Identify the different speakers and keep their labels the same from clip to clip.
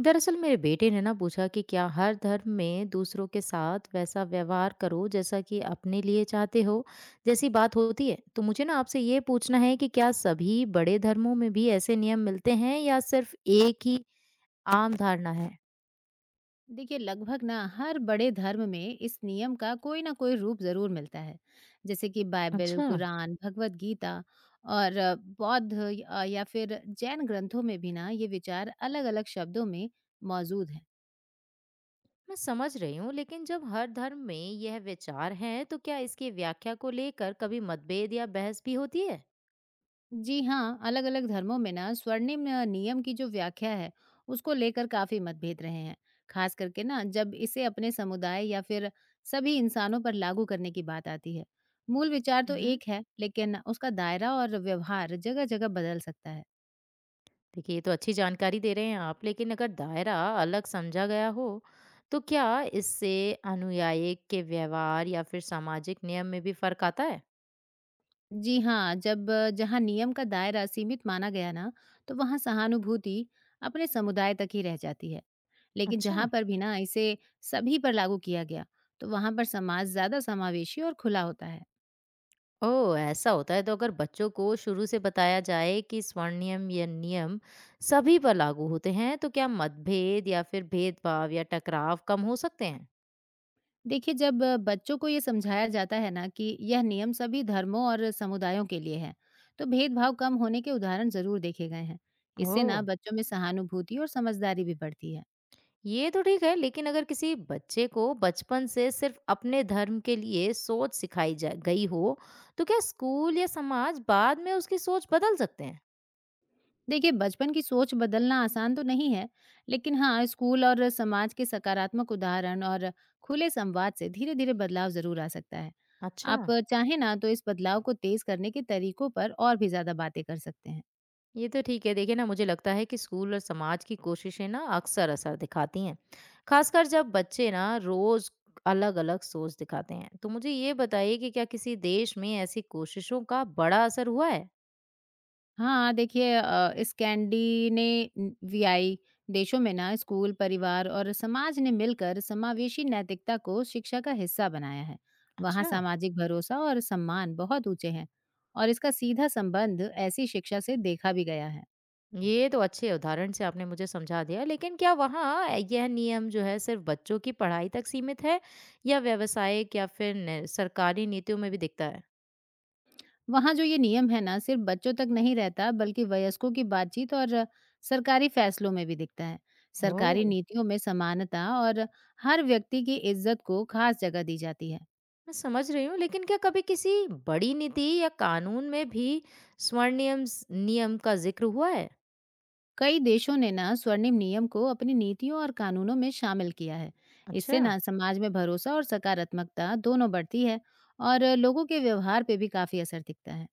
Speaker 1: दरअसल मेरे बेटे ने ना पूछा कि क्या हर धर्म में दूसरों के साथ वैसा व्यवहार करो जैसा कि अपने लिए चाहते हो जैसी बात होती है, तो मुझे ना आपसे ये पूछना है कि क्या सभी बड़े धर्मों में भी ऐसे नियम मिलते हैं या सिर्फ एक ही आम धारणा है।
Speaker 2: देखिए लगभग ना हर बड़े धर्म में इस नियम का कोई ना कोई रूप जरूर मिलता है। जैसे कि बाइबल,
Speaker 1: अच्छा।
Speaker 2: कुरान, भगवत गीता और बौद्ध या फिर जैन ग्रंथों में भी ना ये विचार अलग-अलग शब्दों में मौजूद हैं।
Speaker 1: मैं समझ रही हूँ, लेकिन जब हर धर्म में यह विचार है तो क्या इसकी व्याख्या को लेकर कभी मतभेद या बहस भी होती
Speaker 2: जी हाँ, अलग अलग धर्मों में ना स्वर्णिम नियम की जो व्याख्या है, उसको लेकर काफी मतभेद रहे हैं। खास करके ना जब इसे अपने समुदाय या फिर सभी इंसानों पर लागू करने की बात आती है। मूल विचार तो
Speaker 1: है?
Speaker 2: एक है, लेकिन उसका दायरा और व्यवहार जगह जगह बदल सकता है।
Speaker 1: देखिए, ये तो अच्छी जानकारी दे रहे हैं आप, लेकिन अगर दायरा अलग समझा गया हो तो क्या इससे अनुयायी के व्यवहार या फिर सामाजिक नियम में भी फर्क आता है?
Speaker 2: जी हाँ, जहाँ नियम का दायरा सीमित माना गया ना, तो वहाँ सहानुभूति अपने समुदाय तक ही रह जाती है। लेकिन
Speaker 1: अच्छा।
Speaker 2: जहाँ पर भी ना इसे सभी पर लागू किया गया, तो वहाँ पर समाज ज्यादा समावेशी और खुला होता है।
Speaker 1: ओह। ऐसा होता है तो अगर बच्चों को शुरू से बताया जाए कि स्वर्ण नियम या नियम सभी पर लागू होते हैं, तो क्या मतभेद या फिर भेदभाव या टकराव कम हो सकते हैं?
Speaker 2: देखिए जब बच्चों को ये समझाया जाता है ना कि यह नियम सभी धर्मों और समुदायों के लिए है, तो भेदभाव कम होने के उदाहरण जरूर देखे गए हैं।
Speaker 1: ओ।
Speaker 2: इससे ना बच्चों में सहानुभूति और समझदारी भी बढ़ती है।
Speaker 1: ये तो ठीक है, लेकिन अगर किसी बच्चे को बचपन से सिर्फ अपने धर्म के लिए सोच सिखाई जा गई हो तो क्या स्कूल या समाज बाद में उसकी सोच बदल सकते हैं?
Speaker 2: देखिए बचपन की सोच बदलना आसान तो नहीं है, लेकिन हाँ स्कूल और समाज के सकारात्मक उदाहरण और खुले संवाद से धीरे धीरे बदलाव जरूर आ सकता है।
Speaker 1: अच्छा।
Speaker 2: आप चाहें ना तो इस बदलाव को तेज करने के तरीकों पर और भी ज्यादा बातें कर सकते हैं।
Speaker 1: ये तो ठीक है। देखिए ना, मुझे लगता है कि स्कूल और समाज की कोशिशें ना अक्सर असर दिखाती हैं, खासकर जब बच्चे ना रोज अलग अलग सोच दिखाते हैं। तो मुझे ये बताइए कि क्या किसी देश में ऐसी कोशिशों का बड़ा असर हुआ है?
Speaker 2: हाँ, देखिए स्कैंडिनेवियाई देशों में ना स्कूल, परिवार और समाज ने मिलकर समावेशी नैतिकता को शिक्षा का हिस्सा बनाया है। वहाँ
Speaker 1: अच्छा।
Speaker 2: सामाजिक भरोसा और सम्मान बहुत ऊंचे हैं और इसका सीधा संबंध ऐसी शिक्षा से देखा भी गया है।
Speaker 1: ये तो अच्छे उदाहरण से आपने मुझे समझा दिया, लेकिन क्या वहाँ यह नियम जो है सिर्फ बच्चों की पढ़ाई तक सीमित है, या व्यावसायिक या फिर सरकारी नीतियों में भी दिखता है?
Speaker 2: वहाँ जो ये नियम है ना सिर्फ बच्चों तक नहीं रहता, बल्कि वयस्कों की बातचीत और सरकारी फैसलों में भी दिखता है।
Speaker 1: ओह।
Speaker 2: सरकारी नीतियों में समानता और हर व्यक्ति की इज्जत को खास जगह दी जाती है।
Speaker 1: मैं समझ रही हूँ, लेकिन क्या कभी किसी बड़ी नीति या कानून में भी स्वर्ण नियम नियम का जिक्र हुआ है?
Speaker 2: कई देशों ने ना स्वर्णिम नियम को अपनी नीतियों और कानूनों में शामिल किया है।
Speaker 1: अच्छा।
Speaker 2: इससे ना समाज में भरोसा और सकारात्मकता दोनों बढ़ती है और लोगों के व्यवहार पे भी काफी असर दिखता है।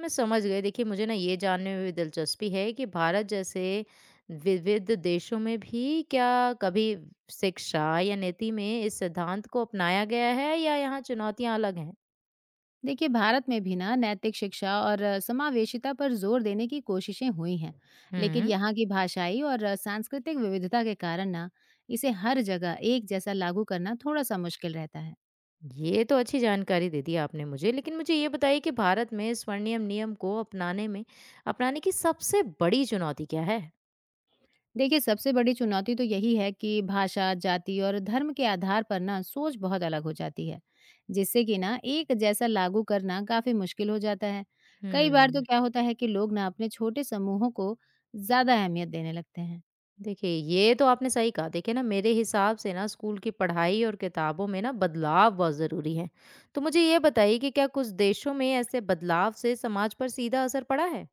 Speaker 1: मैं समझ गई। देखिए, मुझे ना ये जानने में भी दिलचस्पी है कि भारत जैसे विविध देशों में भी क्या कभी शिक्षा या नीति में इस सिद्धांत को अपनाया गया है या यहाँ चुनौतियाँ अलग हैं?
Speaker 2: देखिए भारत में भी ना नैतिक शिक्षा और समावेशिता पर जोर देने की कोशिशें हुई हैं। लेकिन
Speaker 1: हुँ,
Speaker 2: यहाँ की भाषाई और सांस्कृतिक विविधता के कारण ना इसे हर जगह एक जैसा लागू करना थोड़ा सा मुश्किल रहता है।
Speaker 1: ये तो अच्छी जानकारी दे दी आपने मुझे। लेकिन मुझे ये बताइए कि भारत में स्वर्णिम नियम को अपनाने की सबसे बड़ी चुनौती क्या है?
Speaker 2: देखिए सबसे बड़ी चुनौती तो यही है कि भाषा, जाति और धर्म के आधार पर ना सोच बहुत अलग हो जाती है, जिससे कि ना एक जैसा लागू करना काफी मुश्किल हो जाता है। कई बार तो
Speaker 1: हुँ।
Speaker 2: क्या होता है कि लोग ना अपने छोटे समूहों को ज्यादा अहमियत देने लगते हैं।
Speaker 1: देखिए, ये तो आपने सही कहा। देखिए ना, मेरे हिसाब से ना स्कूल की पढ़ाई और किताबों में ना बदलाव बहुत ज़रूरी है। तो मुझे ये बताइए कि क्या कुछ देशों में ऐसे बदलाव से समाज पर सीधा असर पड़ा है?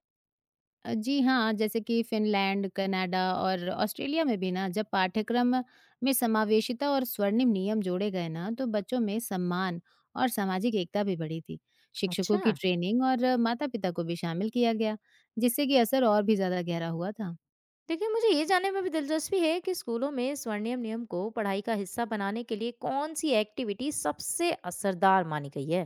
Speaker 2: जी हाँ, जैसे कि फ़िनलैंड, कनाडा और ऑस्ट्रेलिया में भी ना जब पाठ्यक्रम में समावेशिता और स्वर्णिम नियम जोड़े गए ना, तो बच्चों में सम्मान और सामाजिक एकता भी बढ़ी थी। शिक्षकों
Speaker 1: अच्छा।
Speaker 2: की ट्रेनिंग और माता-पिता को भी शामिल किया गया, जिससे कि असर और भी ज़्यादा गहरा हुआ था।
Speaker 1: देखिए, मुझे ये जानने में भी दिलचस्पी है कि स्कूलों में स्वर्णिम नियम को पढ़ाई का हिस्सा बनाने के लिए कौन सी एक्टिविटी सबसे असरदार मानी गई है?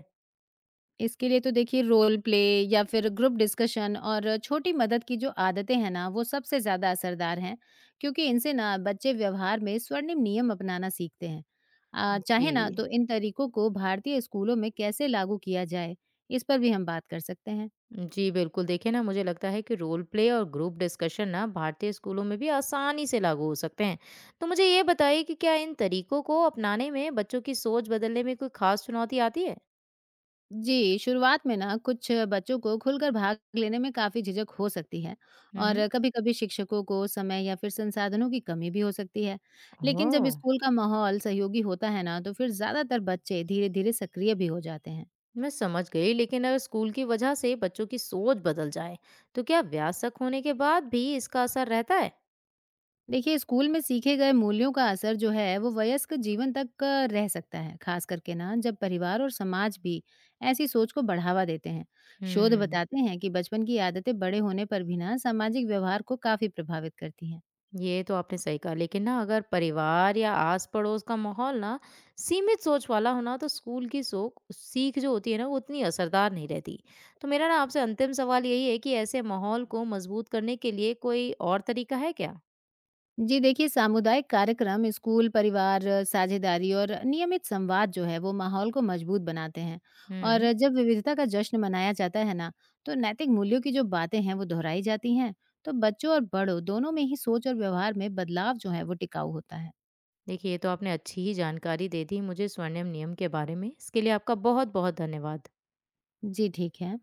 Speaker 2: इसके लिए तो देखिए रोल प्ले या फिर ग्रुप डिस्कशन और छोटी मदद की जो आदतें हैं ना, वो सबसे ज़्यादा असरदार हैं, क्योंकि इनसे ना बच्चे व्यवहार में स्वर्णिम नियम अपनाना सीखते हैं। आ, चाहे ना
Speaker 1: जी।
Speaker 2: तो इन तरीकों को भारतीय स्कूलों में कैसे लागू किया जाए, इस पर भी हम बात कर सकते हैं।
Speaker 1: जी बिल्कुल। देखिए ना, मुझे लगता है कि रोल प्ले और ग्रुप डिस्कशन ना भारतीय स्कूलों में भी आसानी से लागू हो सकते हैं। तो मुझे ये बताइए कि क्या इन तरीकों को अपनाने में बच्चों की सोच बदलने में कोई खास चुनौती आती है?
Speaker 2: जी, शुरुआत में ना कुछ बच्चों को खुलकर भाग लेने में काफ़ी झिझक हो सकती है
Speaker 1: हम्म।
Speaker 2: और कभी-कभी शिक्षकों को समय या फिर संसाधनों की कमी भी हो सकती है। लेकिन
Speaker 1: ओह।
Speaker 2: जब स्कूल का माहौल सहयोगी होता है ना, तो फिर ज़्यादातर बच्चे धीरे-धीरे सक्रिय भी हो जाते हैं।
Speaker 1: मैं समझ गई, लेकिन अगर स्कूल की वजह से बच्चों की सोच बदल जाए तो क्या वयस्क होने के बाद भी इसका असर रहता है?
Speaker 2: देखिए, स्कूल में सीखे गए मूल्यों का असर जो है, वो वयस्क जीवन तक रह सकता है, खास करके ना जब परिवार और समाज भी ऐसी सोच को बढ़ावा देते हैं। शोध
Speaker 1: हम्म।
Speaker 2: बताते हैं कि बचपन की आदतें बड़े होने पर भी ना सामाजिक व्यवहार को काफ़ी प्रभावित करती हैं।
Speaker 1: ये तो आपने सही कहा, लेकिन ना अगर परिवार या आस पड़ोस का माहौल ना सीमित सोच वाला होना तो स्कूल की सोख सीख जो होती है ना वो उतनी असरदार नहीं रहती। तो मेरा ना आपसे अंतिम सवाल यही है कि ऐसे माहौल को मजबूत करने के लिए कोई और तरीका है क्या?
Speaker 2: जी देखिए, सामुदायिक कार्यक्रम, स्कूल, परिवार, साझेदारी और नियमित संवाद जो है, वो माहौल को मजबूत बनाते हैं।
Speaker 1: हम्म।
Speaker 2: और जब विविधता का जश्न मनाया जाता है ना, तो नैतिक मूल्यों की जो बातें हैं, वो दोहराई जाती हैं। तो बच्चों और बड़ों दोनों में ही सोच और व्यवहार में बदलाव जो है, वो टिकाऊ होता है।
Speaker 1: देखिए, ये तो आपने अच्छी ही जानकारी दे दी मुझे स्वर्णिम नियम के बारे में। इसके लिए आपका बहुत बहुत धन्यवाद।
Speaker 2: जी, ठीक है।